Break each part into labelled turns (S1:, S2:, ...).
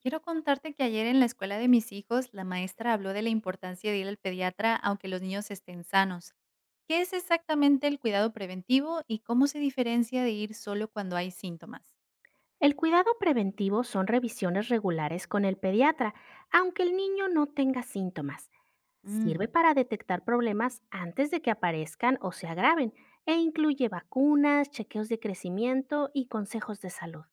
S1: Quiero contarte que ayer en la escuela de mis hijos, la maestra habló de la importancia de ir al pediatra aunque los niños estén sanos. ¿Qué es exactamente el cuidado preventivo y cómo se diferencia de ir solo cuando hay síntomas?
S2: El cuidado preventivo son revisiones regulares con el pediatra, aunque el niño no tenga síntomas. Sirve
S1: Mm.
S2: para detectar problemas antes de que aparezcan o se agraven e incluye vacunas, chequeos de crecimiento y consejos de salud.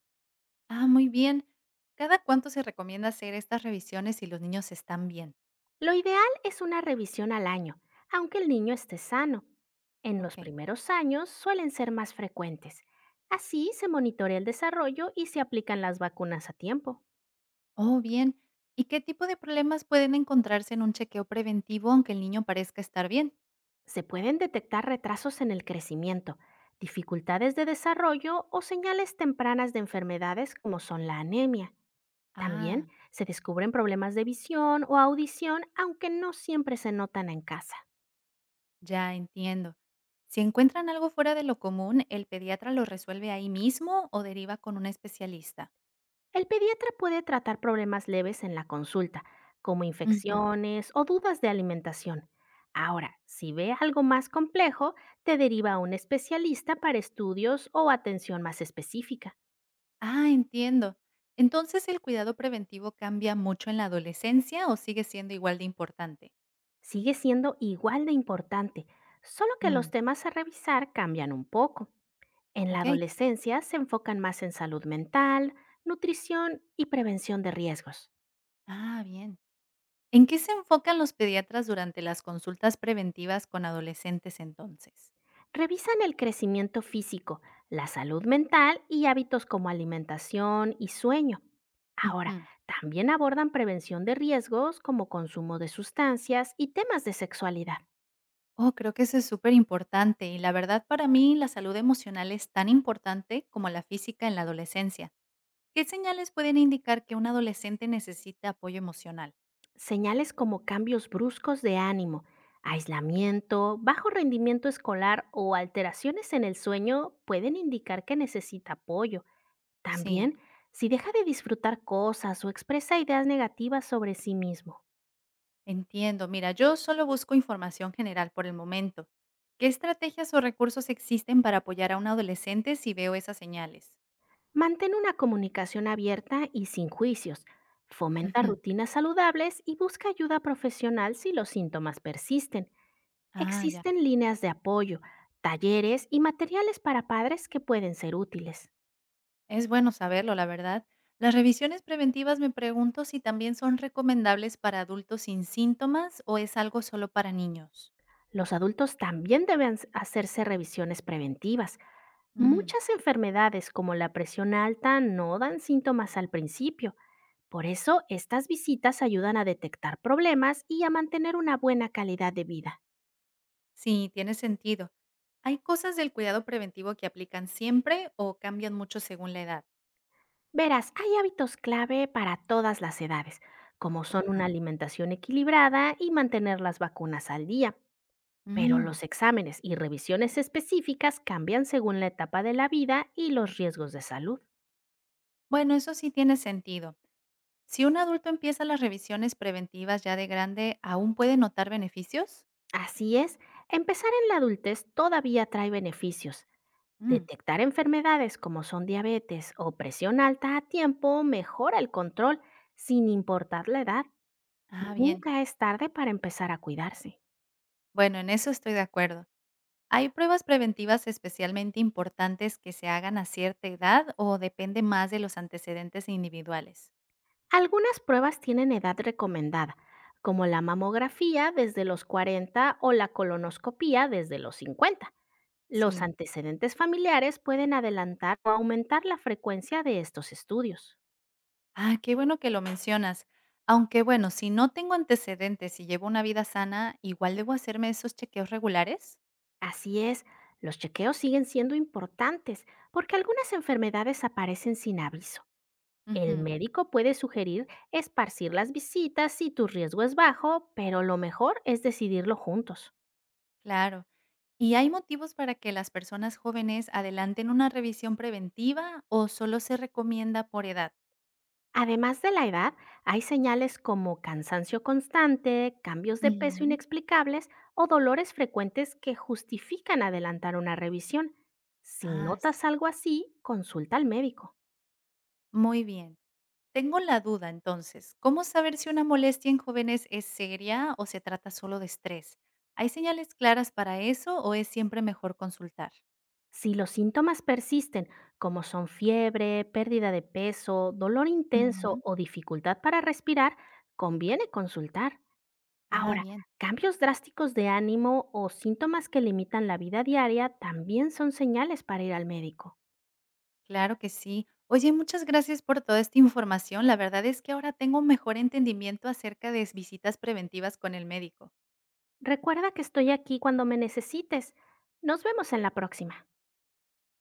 S1: Ah, muy bien. ¿Cada cuánto se recomienda hacer estas revisiones si los niños están bien?
S2: Lo ideal es una revisión al año, aunque el niño esté sano. En los
S1: Ok.
S2: primeros años suelen ser más frecuentes. Así se monitorea el desarrollo y se aplican las vacunas a tiempo.
S1: Oh, bien. ¿Y qué tipo de problemas pueden encontrarse en un chequeo preventivo aunque el niño parezca estar bien?
S2: Se pueden detectar retrasos en el crecimiento, dificultades de desarrollo o señales tempranas de enfermedades como son la anemia.
S1: Ah,
S2: También se descubren problemas de visión o audición, aunque no siempre se notan en casa.
S1: ya entiendo. Si encuentran algo fuera de lo común, ¿el pediatra lo resuelve ahí mismo o deriva con un especialista?
S2: El pediatra puede tratar problemas leves en la consulta, como
S1: Ujú.
S2: infecciones o dudas de alimentación. Ahora, si ve algo más complejo, te deriva a un especialista para estudios o atención más específica.
S1: Ah, entiendo. Entonces, ¿el cuidado preventivo cambia mucho en la adolescencia o sigue siendo igual de importante?
S2: Sigue siendo igual de importante, solo que los
S1: Mm.
S2: temas a revisar cambian un poco. En la
S1: Ok.
S2: adolescencia se enfocan más en salud mental, nutrición y prevención de riesgos.
S1: Ah, bien. ¿En qué se enfocan los pediatras durante las consultas preventivas con adolescentes entonces?
S2: Revisan el crecimiento físico, la salud mental y hábitos como alimentación y sueño. Ahora,
S1: Ujú.
S2: también abordan prevención de riesgos como consumo de sustancias y temas de sexualidad.
S1: Oh, creo que eso es súper importante y la verdad para mí la salud emocional es tan importante como la física en la adolescencia. ¿Qué señales pueden indicar que un adolescente necesita apoyo emocional?
S2: Señales como cambios bruscos de ánimo, aislamiento, bajo rendimiento escolar o alteraciones en el sueño pueden indicar que necesita apoyo.
S1: Sí,
S2: También, si deja de disfrutar cosas o expresa ideas negativas sobre sí mismo.
S1: entiendo. Mira, yo solo busco información general por el momento. ¿Qué estrategias o recursos existen para apoyar a un adolescente si veo esas señales?
S2: Mantén una comunicación abierta y sin juicios. Fomenta
S1: Ujú.
S2: rutinas saludables y busca ayuda profesional si los síntomas persisten.
S1: Ah, ya.
S2: Existen líneas de apoyo, talleres y materiales para padres que pueden ser útiles.
S1: Es bueno saberlo, la verdad. Las revisiones preventivas me pregunto si también son recomendables para adultos sin síntomas o es algo solo para niños.
S2: Los adultos también deben hacerse revisiones preventivas.
S1: Mm,
S2: Muchas enfermedades como la presión alta no dan síntomas al principio. Por eso, estas visitas ayudan a detectar problemas y a mantener una buena calidad de vida.
S1: sí, tiene sentido. ¿Hay cosas del cuidado preventivo que aplican siempre o cambian mucho según la edad?
S2: Verás, hay hábitos clave para todas las edades, como son
S1: Ajá.
S2: una alimentación equilibrada y mantener las vacunas al día. Pero
S1: Mm.
S2: los exámenes y revisiones específicas cambian según la etapa de la vida y los riesgos de salud.
S1: Bueno, eso sí tiene sentido. Si un adulto empieza las revisiones preventivas ya de grande, ¿aún puede notar beneficios?
S2: Así es, empezar en la adultez todavía trae beneficios.
S1: Mm.
S2: Detectar enfermedades como son diabetes o presión alta a tiempo mejora el control, sin importar la edad.
S1: Ah, bien.
S2: Nunca es tarde para empezar a cuidarse.
S1: Bueno, en eso estoy de acuerdo. ¿Hay pruebas preventivas especialmente importantes que se hagan a cierta edad o depende más de los antecedentes individuales?
S2: Algunas pruebas tienen edad recomendada, como la mamografía desde los 40 o la colonoscopía desde los 50. Los
S1: Sí.
S2: antecedentes familiares pueden adelantar o aumentar la frecuencia de estos estudios.
S1: Ah, qué bueno que lo mencionas. Aunque bueno, si no tengo antecedentes y llevo una vida sana, igual debo hacerme esos chequeos regulares.
S2: Así es, los chequeos siguen siendo importantes porque algunas enfermedades aparecen sin aviso. El
S1: Ujú.
S2: médico puede sugerir esparcir las visitas si tu riesgo es bajo, pero lo mejor es decidirlo juntos.
S1: Claro. ¿Y hay motivos para que las personas jóvenes adelanten una revisión preventiva o solo se recomienda por edad?
S2: Además de la edad, hay señales como cansancio constante, cambios de peso
S1: Ujú.
S2: inexplicables o dolores frecuentes que justifican adelantar una revisión. Si
S1: Ah, sí.
S2: notas algo así, consulta al médico.
S1: Muy bien. Tengo la duda entonces, ¿cómo saber si una molestia en jóvenes es seria o se trata solo de estrés? ¿Hay señales claras para eso o es siempre mejor consultar?
S2: Si los síntomas persisten, como son fiebre, pérdida de peso, dolor intenso
S1: Ujú.
S2: o dificultad para respirar, conviene consultar.
S1: Ah,
S2: Ahora,
S1: bien,
S2: cambios drásticos de ánimo o síntomas que limitan la vida diaria también son señales para ir al médico.
S1: claro que sí. Oye, muchas gracias por toda esta información. La verdad es que ahora tengo un mejor entendimiento acerca de visitas preventivas con el médico.
S2: Recuerda que estoy aquí cuando me necesites. Nos vemos en la próxima.